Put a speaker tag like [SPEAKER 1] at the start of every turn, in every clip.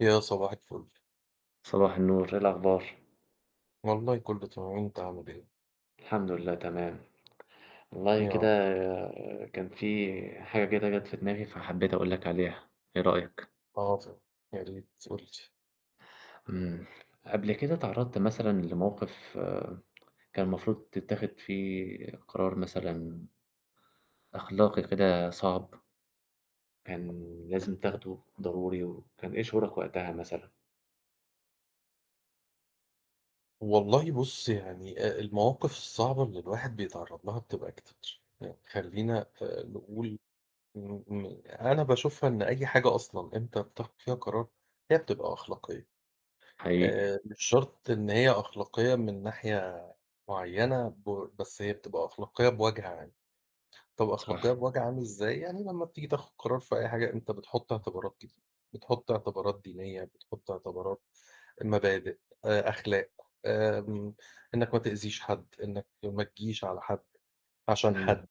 [SPEAKER 1] يا صباح الفل،
[SPEAKER 2] صباح النور، إيه الأخبار؟
[SPEAKER 1] والله كله تمام، أنت عامل إيه؟
[SPEAKER 2] الحمد لله تمام، والله
[SPEAKER 1] يا
[SPEAKER 2] كده
[SPEAKER 1] رب،
[SPEAKER 2] كان في حاجة كده جت في دماغي فحبيت أقول لك عليها، إيه رأيك؟
[SPEAKER 1] حاضر، يا ريت قُل لي.
[SPEAKER 2] إمم، قبل كده اتعرضت مثلًا لموقف كان المفروض تتاخد فيه قرار مثلًا أخلاقي كده صعب، كان لازم تاخده ضروري، وكان إيه شعورك وقتها مثلًا؟
[SPEAKER 1] والله بُص يعني المواقف الصعبة اللي الواحد بيتعرّض لها بتبقى كتير، يعني خلّينا نقول م م أنا باشوفها إن أي حاجة أصلًا أنت بتاخد فيها قرار هي بتبقى أخلاقية،
[SPEAKER 2] حقيقي،
[SPEAKER 1] مش شرط إن هي أخلاقية من ناحية معيّنة بس هي بتبقى أخلاقية بوجه عام. طب أخلاقيّة
[SPEAKER 2] صح،
[SPEAKER 1] بوجه عام إزاي؟ يعني لمّا بتيجي تاخد قرار في أي حاجة أنت بتحُط اعتبارات كتير، بتحُط اعتبارات دينية، بتحُط اعتبارات مبادئ، أخلاق، آمم إنّك ما تأذيش حد، إنّك ما تجيش على حد عشان
[SPEAKER 2] إمم،
[SPEAKER 1] حد،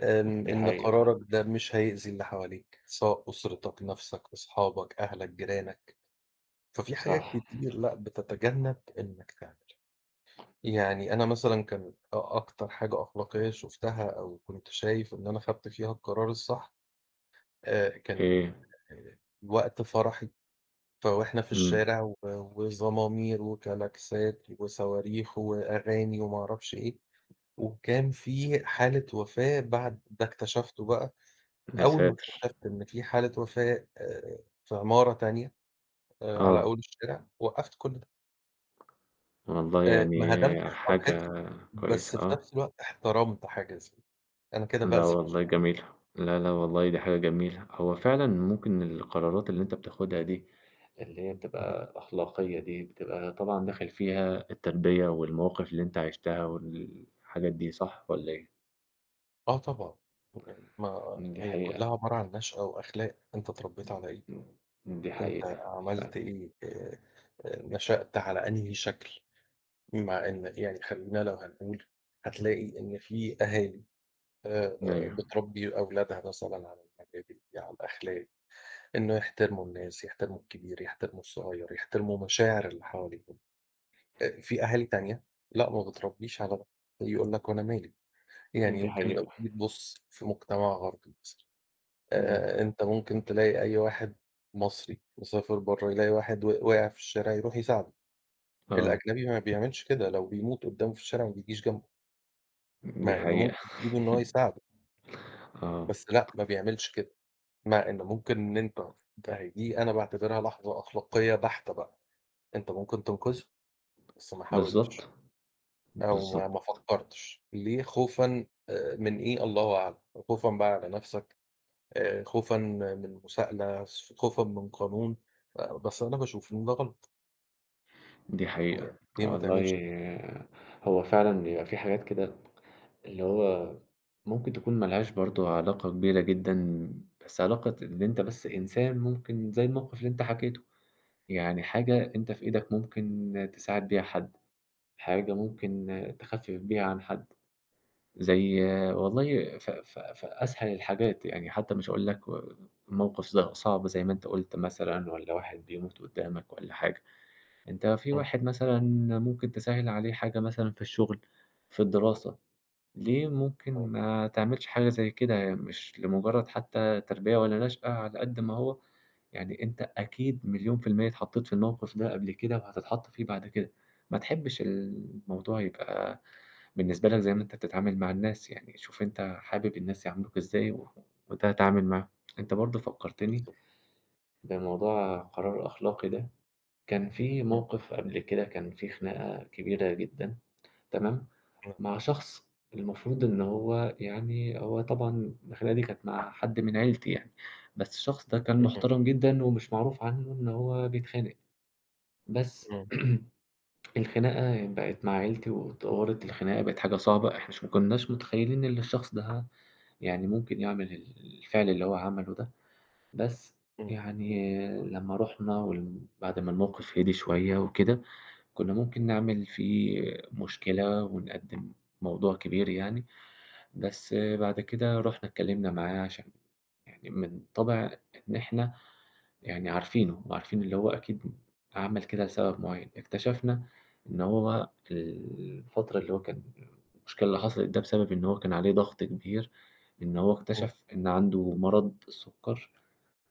[SPEAKER 2] دي
[SPEAKER 1] إن
[SPEAKER 2] حقيقة،
[SPEAKER 1] قرارك ده مش هيأذي اللي حواليك، سواء أسرتك، نَفْسك، أصحابك، أهلك، جيرانك، ففي حاجات
[SPEAKER 2] صح،
[SPEAKER 1] كتير لأ بتتجنّب إنّك تعملها. يعني أنا مثلًا كان أكتر حاجة أخلاقيّة شُفتها أو كنت شايف إن أنا خدت فيها القرار الصح كان
[SPEAKER 2] إيه،
[SPEAKER 1] آآ وقت فرحي، فوإحنا في
[SPEAKER 2] إمم،
[SPEAKER 1] الشارع و وزمامير وكلاكسات وصواريخ وأغاني وما أعرفش إيه، وكان في حالة وفاة بعد ده اكتشفته بقى،
[SPEAKER 2] يا
[SPEAKER 1] أول ما
[SPEAKER 2] ساتر!
[SPEAKER 1] اكتشفت إن في حالة وفاة في عمارة تانية على
[SPEAKER 2] آه،
[SPEAKER 1] أول الشارع، وقّفت كل ده،
[SPEAKER 2] والله يعني
[SPEAKER 1] ما هدمتش
[SPEAKER 2] حاجة
[SPEAKER 1] فرحتي، بس
[SPEAKER 2] كويسة،
[SPEAKER 1] في نفس
[SPEAKER 2] آه.
[SPEAKER 1] الوقت احترمت حاجة زي دي. أنا كده
[SPEAKER 2] لا
[SPEAKER 1] بأذي
[SPEAKER 2] والله
[SPEAKER 1] مشاعر،
[SPEAKER 2] جميلة، لا، لا والله دي حاجة جميلة. هو فعلًا ممكن القرارات اللي أنت بتاخدها دي، اللي هي
[SPEAKER 1] اهم،
[SPEAKER 2] بتبقى أخلاقية دي، بتبقى طبعًا داخل فيها التربية والمواقف اللي أنت عِشتها والحاجات دي صح والّا إيه؟
[SPEAKER 1] آه طبعًا، يعني ما
[SPEAKER 2] دي
[SPEAKER 1] هي كلّها
[SPEAKER 2] حقيقة،
[SPEAKER 1] عبارة عن نشأة وأخلاق، أنت اتربيت على إيه.
[SPEAKER 2] إمم، دي
[SPEAKER 1] أنت
[SPEAKER 2] حقيقة فعلًا.
[SPEAKER 1] عملت إيه، نشأت على أنهي شكل؟ مع إن يعني خلّينا لو هنقول هتلاقي إن في أهالي آآ،
[SPEAKER 2] أيوه.
[SPEAKER 1] بتربي أولادها مثلًا على المبادئ، على الأخلاق، إنه يحترموا الناس، يحترموا الكبير، يحترموا الصغير، يحترموا مشاعر اللي حواليهم. في أهالي تانية لأ، ما بتربيش على ده، يقول لك: "وأنا مالي؟" يعني
[SPEAKER 2] دي
[SPEAKER 1] يمكن لو
[SPEAKER 2] حقيقة،
[SPEAKER 1] تيجي تبُص في مجتمع غربي مثلًا
[SPEAKER 2] إمم.
[SPEAKER 1] أنت ممكن تلاقي أي واحد مصري مسافر برّه، يلاقي واحد وقع في الشارع يروح يساعده،
[SPEAKER 2] آه،
[SPEAKER 1] الأجنبي ما بيعملش كده، لو بيموت قدّامه في الشارع ما بيجيش جنبه، مع
[SPEAKER 2] دي
[SPEAKER 1] إنه
[SPEAKER 2] حقيقة،
[SPEAKER 1] ممكن بإيده إن هو يساعده،
[SPEAKER 2] آه،
[SPEAKER 1] بس لأ، ما بيعملش كده، مع إن ممكن إن أنت ده هي دي أنا باعتبرها لحظة أخلاقية بحتة بقى، أنت ممكن تنقذه، بس ما حاولتش
[SPEAKER 2] بالضبط،
[SPEAKER 1] أو ما
[SPEAKER 2] بالضبط.
[SPEAKER 1] ما فكّرتش، ليه خوفًا من إيه؟ الله أعلم، خوفًا بقى على نَفْسك خوفًا من مساءلة، خوفًا من قانون، بس أنا باشوف إن ده غلط،
[SPEAKER 2] دي
[SPEAKER 1] يعني
[SPEAKER 2] حقيقة.
[SPEAKER 1] ليه ما
[SPEAKER 2] والله
[SPEAKER 1] تعملش
[SPEAKER 2] هو فعلًا بيبقى في حاجات كده اللي هو ممكن تكون ما لهاش برضه علاقة كبيرة جدًا، بس علاقة إن أنت بس إنسان ممكن زي الموقف اللي أنت حكيته، يعني حاجة أنت في إيدك ممكن تساعد بيها حد، حاجة ممكن تخفف بيها عن حد، زي والله ف ف فأسهل الحاجات يعني حتى مش هاقول لك موقف صعب زي ما أنت قُلت مثلًا والّا واحد بيموت قدّامك والّا حاجة. أنت في
[SPEAKER 1] إمم،
[SPEAKER 2] واحد مثلًا ممكن تسهِّل عليه حاجة مثلًا في الشغل، في الدراسة، ليه ممكن
[SPEAKER 1] إمم،
[SPEAKER 2] ما تعملش حاجة زي كده؟ هي مش لمجرد حتى تربية ولا نشأة، على قد ما هو يعني أنت أكيد مليون في المِيّة اتحطّيت في الموقف ده قبل كده وهتتحط فيه بعد كده، ما تحبّش الموضوع يبقى بالنسبة لك زي ما أنت بتتعامل مع الناس، يعني شوف أنت حابب الناس يعاملوك إزاي وده هتتعامل معاهم. أنت برضه فكّرتني
[SPEAKER 1] بالضبط،
[SPEAKER 2] بموضوع قرار أخلاقي ده. كان في
[SPEAKER 1] إمم،
[SPEAKER 2] موقف قبل كده كان في خناقة كبيرة جدًا تمام،
[SPEAKER 1] إمم،
[SPEAKER 2] مع شخص المفروض إن هو يعني هو طبعًا الخناقة دي كانت مع حد من عيلتي يعني، بس الشخص ده كان
[SPEAKER 1] اهم،
[SPEAKER 2] محترم جدًا ومش معروف عنه إن هو بيتخانق، بس
[SPEAKER 1] إمم،
[SPEAKER 2] الخناقة بقت مع عيلتي واتطورت الخناقة بقت حاجة صعبة، إحنا مش ما كناش متخيلين إن الشخص ده يعني ممكن يعمل الفعل اللي هو عمله ده، بس
[SPEAKER 1] إمم،
[SPEAKER 2] يعني لمّا رُحنا بعد ما الموقف هدي شوية وكده كنا ممكن نعمل فيه مشكلة ونقدّم موضوع كبير يعني، بس بعد كده رُحنا اتكلّمنا معاه عشان يعني من طَبع إن إحنا يعني عارفينه وعارفين اللي هو أكيد عمل كده لسبب معيّن، اكتشفنا إن هو الفترة اللي هو كان المشكلة اللي حصلت ده بسبب إن هو كان عليه ضغط كبير، إن هو
[SPEAKER 1] إمم،
[SPEAKER 2] اكتشف إن عنده مرض السُكّر.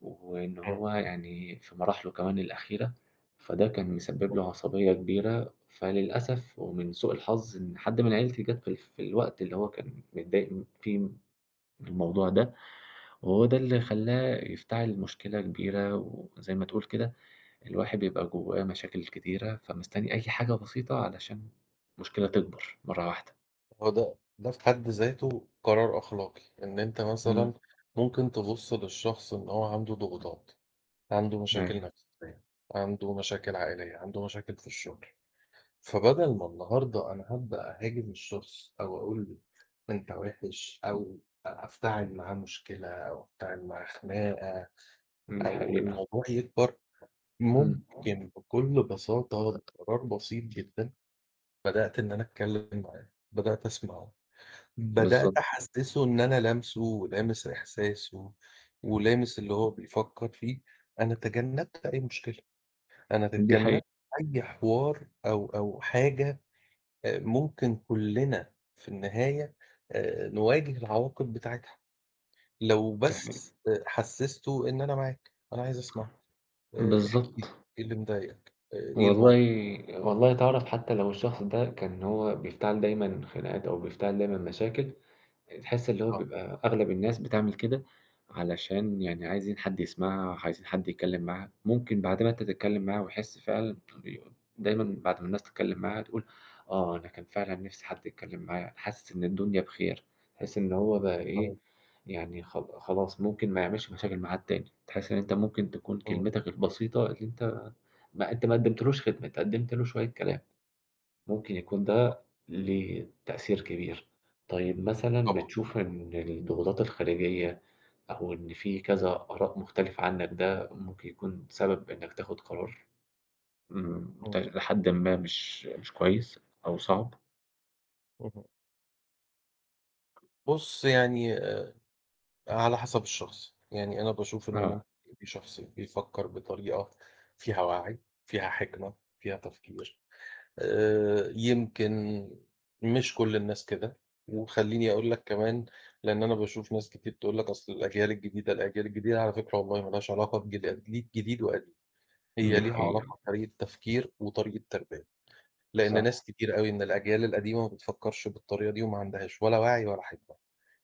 [SPEAKER 2] وإن
[SPEAKER 1] إمم،
[SPEAKER 2] هو يعني في مراحله كمان الأخيرة، فده كان مسبب له عصبية كبيرة، فللأسف ومن سوء الحظ إن حد من عيلتي جات في الوقت اللي هو كان متضايق فيه من الموضوع ده، وهو ده اللي خلّاه يفتعل مشكلة كبيرة، وزي ما تقول كده الواحد بيبقى جوّاه مشاكل كتيرة، فمستني أي حاجة بسيطة علشان مشكلة تكبر مرّة واحدة.
[SPEAKER 1] هو ده في حد ذاته قرار أخلاقي، إن أنت
[SPEAKER 2] إمم،
[SPEAKER 1] مثلًا ممكن تبُص للشخص إن هو عنده ضغوطات، عنده مشاكل
[SPEAKER 2] أيوه،
[SPEAKER 1] نفسية، عنده مشاكل عائلية، عنده مشاكل في الشغل. فبدل ما النهارده أنا هابدأ أهاجم الشخص أو أقول له أنت وِحِش أو أفتعل معاه مشكلة أو أفتعل معاه خناقة
[SPEAKER 2] إمم، دي
[SPEAKER 1] أو
[SPEAKER 2] حقيقة،
[SPEAKER 1] الموضوع يكبر،
[SPEAKER 2] إمم،
[SPEAKER 1] ممكن بكل بساطة بقرار بسيط جدًا بدأت إن أنا أتكلّم معاه، بدأت أسمعه، بدأت
[SPEAKER 2] بالضبط،
[SPEAKER 1] أحسّسه إن أنا لامسه ولامس إحساسه ولامس اللي هو بيفكّر فيه، أنا تجنّبت أي مشكلة، أنا
[SPEAKER 2] دي
[SPEAKER 1] تجنّبت
[SPEAKER 2] حقيقة،
[SPEAKER 1] أي حوار أو حاجة ممكن كُلّنا في النهاية نواجه العواقب بتاعتها، لو
[SPEAKER 2] دي
[SPEAKER 1] بس
[SPEAKER 2] حقيقة،
[SPEAKER 1] حسّسته إن أنا معاك، أنا عايز أسمعك، احكِ لي
[SPEAKER 2] بالضبط.
[SPEAKER 1] إيه اللي مضايقك، إيه
[SPEAKER 2] والله
[SPEAKER 1] الموقف؟
[SPEAKER 2] والله تعرف حتى لو الشخص ده كان هو بيفتعل دايمًا خناقات أو بيفتعل دايمًا مشاكل، تحس اللي هو
[SPEAKER 1] آه،
[SPEAKER 2] بيبقى أغلب الناس بتعمل كده علشان يعني عايزين حد يسمعها، عايزين حد يتكلّم معاها، ممكن بعد ما أنت تتكلّم معاه ويحس فعلًا دايمًا بعد ما الناس تتكلّم معاها تقول آه، أنا كان فعلًا نِفْسي حد يتكلّم معايا، أنا حاسس إن الدنيا بخير، تحس إن هو بقى إيه،
[SPEAKER 1] تمام،
[SPEAKER 2] يعني خلاص ممكن ما يعملش مشاكل معاك تاني، تحس إن أنت ممكن تكون
[SPEAKER 1] إمم،
[SPEAKER 2] كلمتك البسيطة اللي أنت ما قدّمتلوش خدمة، أنت قدّمت له شوية كلام، ممكن يكون
[SPEAKER 1] بالضبط،
[SPEAKER 2] ده ليه تأثير كبير. طيب مثلًا
[SPEAKER 1] طبعًا،
[SPEAKER 2] بتشوف إن الضغوطات الخارجية أو إن في كذا آراء مختلفة عنك ده ممكن يكون سبب إنك تاخد قرار
[SPEAKER 1] إمم،
[SPEAKER 2] لحدٍ ما مش كويس أو صعب؟
[SPEAKER 1] اهم. بُص يعني على حسب الشخص، يعني أنا باشوف إن
[SPEAKER 2] آه،
[SPEAKER 1] ممكن في شخص بيفكّر بطريقة فيها وعي، فيها حِكمة، فيها تفكير. يمكن مش كل الناس كده، وخلّيني أقول لك كمان لإن أنا باشوف ناس كتير تقول لك أصل الأجيال الجديدة، الأجيال الجديدة على فكرة والله ما لهاش علاقة بجيل قديم جديد وقديم، هي
[SPEAKER 2] دي
[SPEAKER 1] ليها
[SPEAKER 2] حقيقة،
[SPEAKER 1] علاقة بطريقة تفكير وطريقة تربية، لإن
[SPEAKER 2] صح،
[SPEAKER 1] ناس كتير أوي من الأجيال القديمة ما بتفكّرش بالطريقة دي وما عندهاش ولا وعي ولا حكمة،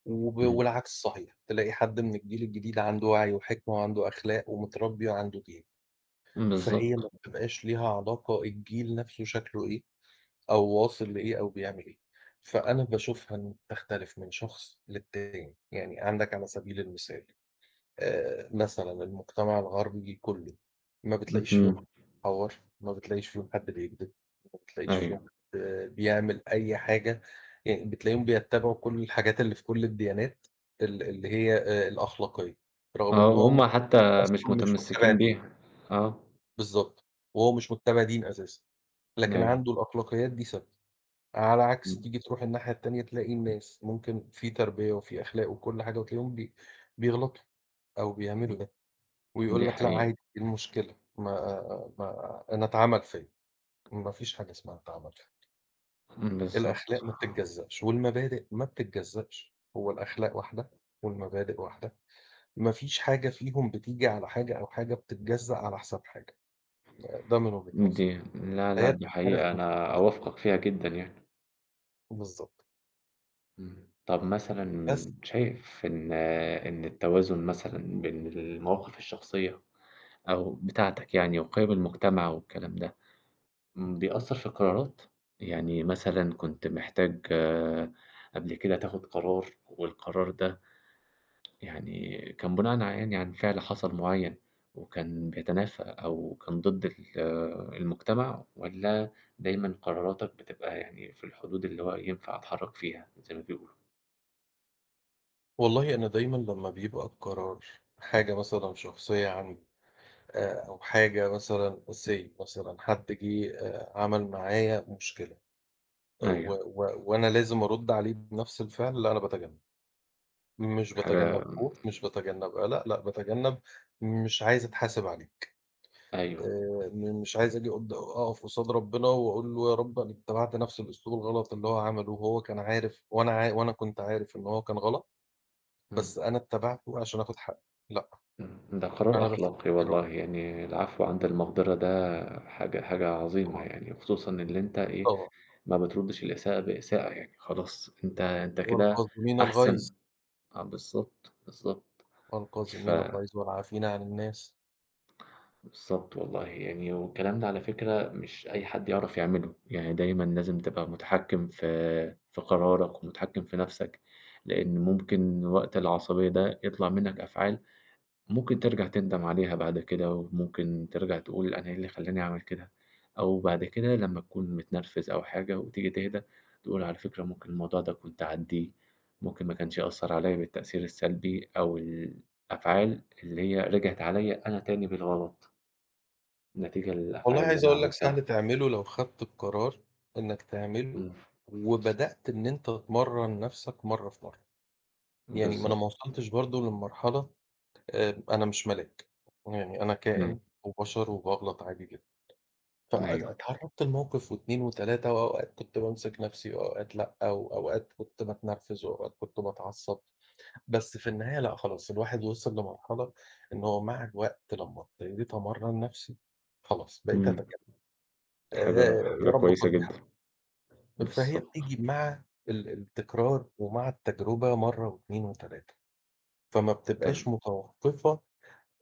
[SPEAKER 2] إمم،
[SPEAKER 1] والعكس صحيح، تلاقي حد من الجيل الجديد عنده وعي وحكمة وعنده أخلاق ومتربي وعنده دين، فهي
[SPEAKER 2] بالضبط،
[SPEAKER 1] ما بتبقاش ليها علاقة الجيل نَفْسه شكله إيه، أو واصل لإيه أو بيعمل إيه. فأنا باشوفها إن بتختلف من شخص للتاني، يعني عندك على سبيل المثال مثلًا المجتمع الغربي كلّه ما بتلاقيش فيهم حد
[SPEAKER 2] اهم،
[SPEAKER 1] بيحوّر، ما بتلاقيش فيهم حد بيكدب، ما بتلاقيش فيهم
[SPEAKER 2] أيوه،
[SPEAKER 1] حد بيعمل أي حاجة، يعني بتلاقيهم بيتّبعوا كل الحاجات اللي في كل الديانات اللي هي الأخلاقية، رغم
[SPEAKER 2] آه،
[SPEAKER 1] إن هو
[SPEAKER 2] وهُم حتى مش
[SPEAKER 1] أصلًا مش متّبع
[SPEAKER 2] متمسّكين
[SPEAKER 1] دين،
[SPEAKER 2] بيها، آه،
[SPEAKER 1] بالضبط، وهو مش متّبع دين أساسًا، لكن
[SPEAKER 2] أيوه،
[SPEAKER 1] عنده الأخلاقيات دي ثابتة. على عكس
[SPEAKER 2] إمم،
[SPEAKER 1] تيجي تروح الناحية التانية تلاقي الناس ممكن في تربية وفي أخلاق وكل حاجة وتلاقيهم بيغلطوا أو بيعملوا
[SPEAKER 2] إمم،
[SPEAKER 1] ده ويقول
[SPEAKER 2] دي
[SPEAKER 1] لك لأ
[SPEAKER 2] حقيقة،
[SPEAKER 1] عادي إيه المشكلة؟ ما أنا اتعمل فيّا، ما فيش حاجة اسمها اتعمل فيّا،
[SPEAKER 2] إمم،
[SPEAKER 1] الأخلاق
[SPEAKER 2] بالضبط.
[SPEAKER 1] ما بتتجزأش والمبادئ ما بتتجزأش، هو الأخلاق واحدة والمبادئ واحدة، ما فيش حاجة فيهم بتيجي على حاجة أو حاجة بتتجزأ على حساب حاجة، ده من وجهة نظري،
[SPEAKER 2] دي لا، لأ،
[SPEAKER 1] فهي
[SPEAKER 2] دي
[SPEAKER 1] بتختلف
[SPEAKER 2] حقيقة
[SPEAKER 1] من شخص
[SPEAKER 2] أنا
[SPEAKER 1] للتاني،
[SPEAKER 2] أوافقك فيها جدًا يعني.
[SPEAKER 1] بالضبط،
[SPEAKER 2] إمم. طب
[SPEAKER 1] بس
[SPEAKER 2] مثلًا شايف إن التوازن مثلًا بين المواقف الشخصية أو بتاعتك يعني وقيم المجتمع والكلام ده، إمم، بيأثّر في القرارات؟ يعني مثلًا كنت محتاج آه، قبل كده تاخد قرار والقرار ده يعني كان بناءً يعني عن فعل حصل معيّن، وكان بيتنافى أو كان ضد المجتمع، والّا دايمًا قراراتك بتبقى يعني في الحدود اللي هو ينفع أتحرّك فيها زي ما بيقولوا؟
[SPEAKER 1] والله أنا دايمًا لمّا بيبقى القرار حاجة مثلًا شخصية عندي أو حاجة مثلًا say مثلًا حد جِه عمل معايا مشكلة آه، و
[SPEAKER 2] أيوه،
[SPEAKER 1] و وأنا لازم أرُد عليه بنفس الفعل، لأ أنا باتجنب، مش باتجنب
[SPEAKER 2] حاجة
[SPEAKER 1] خوف، مش باتجنب قلق، لأ باتجنب مش عايز أتحاسب عليه،
[SPEAKER 2] أيوه،
[SPEAKER 1] م مش عايز آجي قد أقف قصاد ربنا وأقول له يا رب أنا اتبعت نفس الأسلوب الغلط اللي هو عمله وهو كان عارف وأنا كنت عارف إن هو كان غلط،
[SPEAKER 2] إمم،
[SPEAKER 1] بس أنا اتبعته عشان آخد حقي، لأ.
[SPEAKER 2] إمم، ده قرار
[SPEAKER 1] أنا باثق
[SPEAKER 2] أخلاقي
[SPEAKER 1] في ربنا
[SPEAKER 2] والله، يعني العفو عند المقدرة ده حاجة حاجة عظيمة
[SPEAKER 1] طبعًا،
[SPEAKER 2] يعني، وخصوصًا اللي أنت إيه،
[SPEAKER 1] طبعًا.
[SPEAKER 2] ما بتردّش الإساءة بإساءة يعني، خلاص أنت كده
[SPEAKER 1] والكاظمين
[SPEAKER 2] أحسن
[SPEAKER 1] الغيظ،
[SPEAKER 2] آه، بالضبط، بالضبط، ف
[SPEAKER 1] والكاظمين الغيظ والعافين عن الناس.
[SPEAKER 2] بالضبط والله، يعني والكلام ده على فكرة مش أي حد يعرف يعمله، يعني دايمًا لازم تبقى متحكم في قرارك ومتحكم في نَفْسك، لإن ممكن وقت العصبية ده يطلع منّك أفعال ممكن ترجع تندم عليها بعد كده، وممكن ترجع تقول أنا إيه اللي خلّاني أعمل كده، أو بعد كده لمّا تكون متنرفز أو حاجة وتيجي تهدى تقول على فكرة ممكن الموضوع ده كنت أعدّيه، ممكن ما كانش يأثّر عليّا بالتأثير السلبي أو الأفعال اللي هي رجعت عليّا أنا تاني بالغلط. نتيجة
[SPEAKER 1] والله
[SPEAKER 2] للأفعال اللي
[SPEAKER 1] عايز
[SPEAKER 2] أنا
[SPEAKER 1] أقول لك سهل
[SPEAKER 2] عملتها.
[SPEAKER 1] تعمله لو خدت القرار إنك تعمله،
[SPEAKER 2] إمم،
[SPEAKER 1] وبدأت إن أنت تمرّن نَفْسك مرّة في مرّة. يعني ما أنا ما
[SPEAKER 2] بالضبط،
[SPEAKER 1] وصلتش برضه للمرحلة أنا مش ملاك، يعني أنا
[SPEAKER 2] إمم،
[SPEAKER 1] كائن وبشر وباغلط عادي جدًا. فات
[SPEAKER 2] أيوه،
[SPEAKER 1] اتعرّضت لموقف و2 و3 وأوقات كنت بامسك نَفْسي وأوقات لأ، وأوقات كنت باتنرفز وأوقات كنت باتعصب. بس في النهاية لأ خلاص، الواحد وصل لمرحلة إن هو مع الوقت لمّا ابتديت أمرّن نَفْسي، خلاص بقيت
[SPEAKER 2] إمم،
[SPEAKER 1] أتكلم
[SPEAKER 2] حاجة
[SPEAKER 1] يا
[SPEAKER 2] حاجة
[SPEAKER 1] رب
[SPEAKER 2] كويسة
[SPEAKER 1] خُدني
[SPEAKER 2] جدًا،
[SPEAKER 1] حقّي، فهي
[SPEAKER 2] بالضبط،
[SPEAKER 1] بتيجي مع التكرار ومع التجربة مرّة و2 و3 فما
[SPEAKER 2] تم
[SPEAKER 1] بتبقاش متوقّفة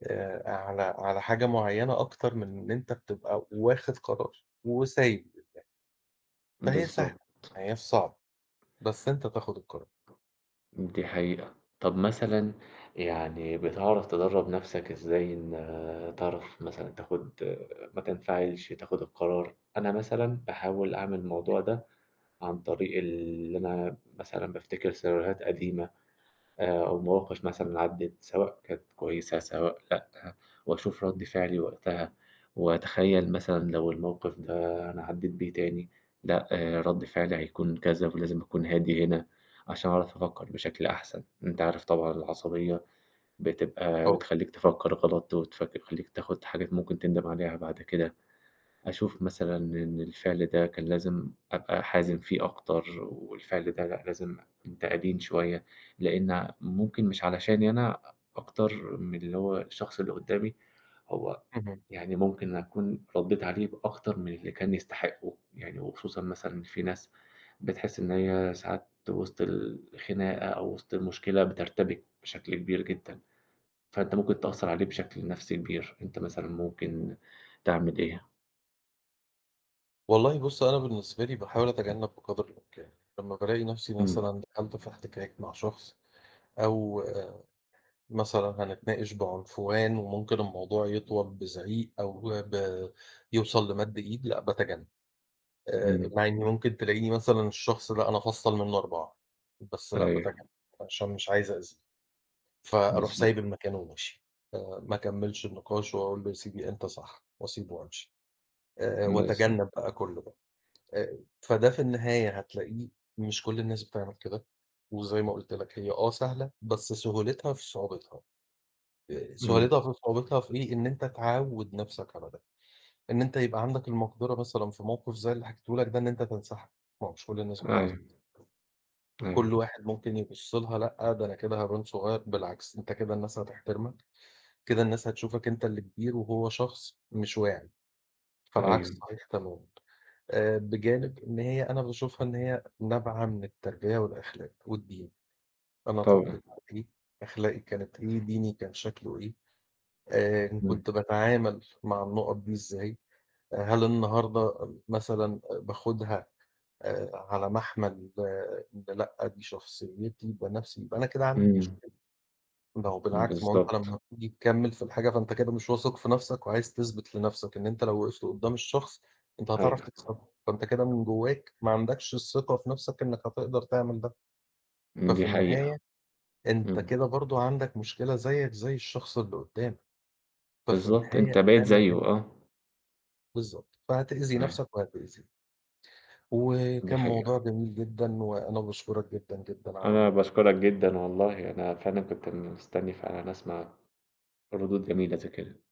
[SPEAKER 1] على حاجة معيّنة أكتر من إن أنت بتبقى واخد قرار وسايب، فهي سهلة،
[SPEAKER 2] بالضبط،
[SPEAKER 1] ما هياش صعبة، بس أنت تاخد القرار.
[SPEAKER 2] دي حقيقة. طب مثلًا يعني بتعرف تدرّب نَفْسك إزاي إن تعرف مثلًا تاخُد ما تنفعلش، تاخُد القرار؟ أنا مثلًا باحاول أعمل
[SPEAKER 1] إمم،
[SPEAKER 2] الموضوع ده عن طريق اللي أنا مثلًا بافتكر سيناريوهات قديمة. أو مواقف مثلًا عدِّت سواء كانت كويسة سواء لأ، وأشوف رَد فعلي وقتها، وأتخيّل مثلًا لو الموقف ده أنا عدِّيت بيه تاني، لأ، آه، رَد فعلي هيكون كذا ولازم أكون هادي هنا عشان أعرف أفكّر بشكل أحسن، أنت عارف طبعًا العصبية بتبقى
[SPEAKER 1] آه.
[SPEAKER 2] بتخلّيك تفكّر غلط وتفك تخلّيك تاخُد حاجات ممكن تندم عليها بعد كده. أشوف مثلًا إن الفعل ده كان لازم أبقى حازم فيه أكتر، والفعل ده لأ، لازم أنت أدين شوية، لإن ممكن مش علشاني أنا أكتر من اللي هو الشخص اللي قدّامي، هو
[SPEAKER 1] اهم.
[SPEAKER 2] يعني ممكن أكون ردّيت عليه بأكتر من اللي كان يستحقه، يعني وخصوصًا مثلًا في ناس بتحس إن هي ساعات وسط الخناقة أو وسط المشكلة بترتبك بشكل كبير جدًا، فأنت ممكن تأثّر عليه بشكل نفسي كبير، أنت مثلًا ممكن تعمل إيه؟
[SPEAKER 1] والله بُص، أنا بالنسبة لي باحاول أتجنب بقدر الإمكان، لمّا بالاقي نفسي
[SPEAKER 2] إمم.
[SPEAKER 1] مثلًا دخلت في احتكاك مع شخص أو آه، مثلًا هنتناقش بعنفوان وممكن الموضوع يطول بزعيق أو ب يوصل لمَد إيد، لأ باتجنب،
[SPEAKER 2] إمم،
[SPEAKER 1] مع إني ممكن تلاقيني مثلًا الشخص ده أنا أفصّل منه 4 بس لأ باتجنب،
[SPEAKER 2] أيوه
[SPEAKER 1] عشان مش عايز أأذيه، فأروح سايب
[SPEAKER 2] بالضبط،
[SPEAKER 1] المكان وماشي، آآ ما أكمّلش النقاش وأقول له: "يا سيدي أنت صح." وأسيبه وأمشي، وأتجنب
[SPEAKER 2] بالضبط،
[SPEAKER 1] بقى كُلّه. فده في النهاية هتلاقيه مش كل الناس بتعمل كده، وزي ما قُلت لك هي آه سهلة، بس سهولتها في صعوبتها،
[SPEAKER 2] إمم،
[SPEAKER 1] سهولتها في صعوبتها في إيه، إن أنت تعوّد نَفْسك على ده، إن أنت يبقى عندك المقدرة مثلًا في موقف زي اللي حكيته لك ده إن أنت تنسحب، ما هو مش كل الناس بتعرف،
[SPEAKER 2] أيوه،
[SPEAKER 1] كل
[SPEAKER 2] أيوه،
[SPEAKER 1] واحد ممكن يبُص لها لأ، ده أنا كده هابان صغير، بالعكس أنت كده الناس هتحترمك، كده الناس هتشوفك أنت اللي كبير وهو شخص مش واعي، فالعكس
[SPEAKER 2] أيوه،
[SPEAKER 1] صحيح تمامًا. بجانب إن هي أنا باشوفها إن هي نابعة من التربية والأخلاق والدين، أنا
[SPEAKER 2] طبعًا،
[SPEAKER 1] اتربيت على إيه، أخلاقي كانت إيه، ديني كان شكله إيه،
[SPEAKER 2] إمم،
[SPEAKER 1] كنت باتعامل مع النُقط دي إزاي، آه، هل النهارده مثلًا باخدها على محمل آه، إن لأ دي شخصيتي، ده نَفْسي، يبقى أنا كده عندي مش
[SPEAKER 2] إمم،
[SPEAKER 1] ده هو بالعكس، ما هو أنت
[SPEAKER 2] بالضبط،
[SPEAKER 1] لمّا بتيجي تكمّل في الحاجة، فأنت كده مش واثق في نَفْسك وعايز تثبت لنَفْسك إن أنت لو وقفت قدّام الشخص، أنت هتعرف
[SPEAKER 2] أيوه،
[SPEAKER 1] تكسبه، فأنت كده من جوّاك ما عندكش الثقة في نَفْسك إنّك هتقدر تعمل ده، ففي
[SPEAKER 2] دي حقيقة،
[SPEAKER 1] النهاية أنت
[SPEAKER 2] إمم،
[SPEAKER 1] كده برضه عندك مشكلة زيّك زي الشخص اللي قدّامك، ففي
[SPEAKER 2] بالضبط،
[SPEAKER 1] النهاية
[SPEAKER 2] أنت بقيت
[SPEAKER 1] ده ما
[SPEAKER 2] زيه
[SPEAKER 1] ي
[SPEAKER 2] آه،
[SPEAKER 1] بالضبط، فهتأذي
[SPEAKER 2] أيوه،
[SPEAKER 1] نَفْسك وهتأذيه،
[SPEAKER 2] دي
[SPEAKER 1] وكان
[SPEAKER 2] حقيقة،
[SPEAKER 1] موضوع جميل جدًا وأنا باشكرك جدًا، جدًا على
[SPEAKER 2] أنا
[SPEAKER 1] الموضوع.
[SPEAKER 2] باشكرك جدًا والله أنا فعلًا كنت مستني فعلًا أسمع ردود جميلة زي كده.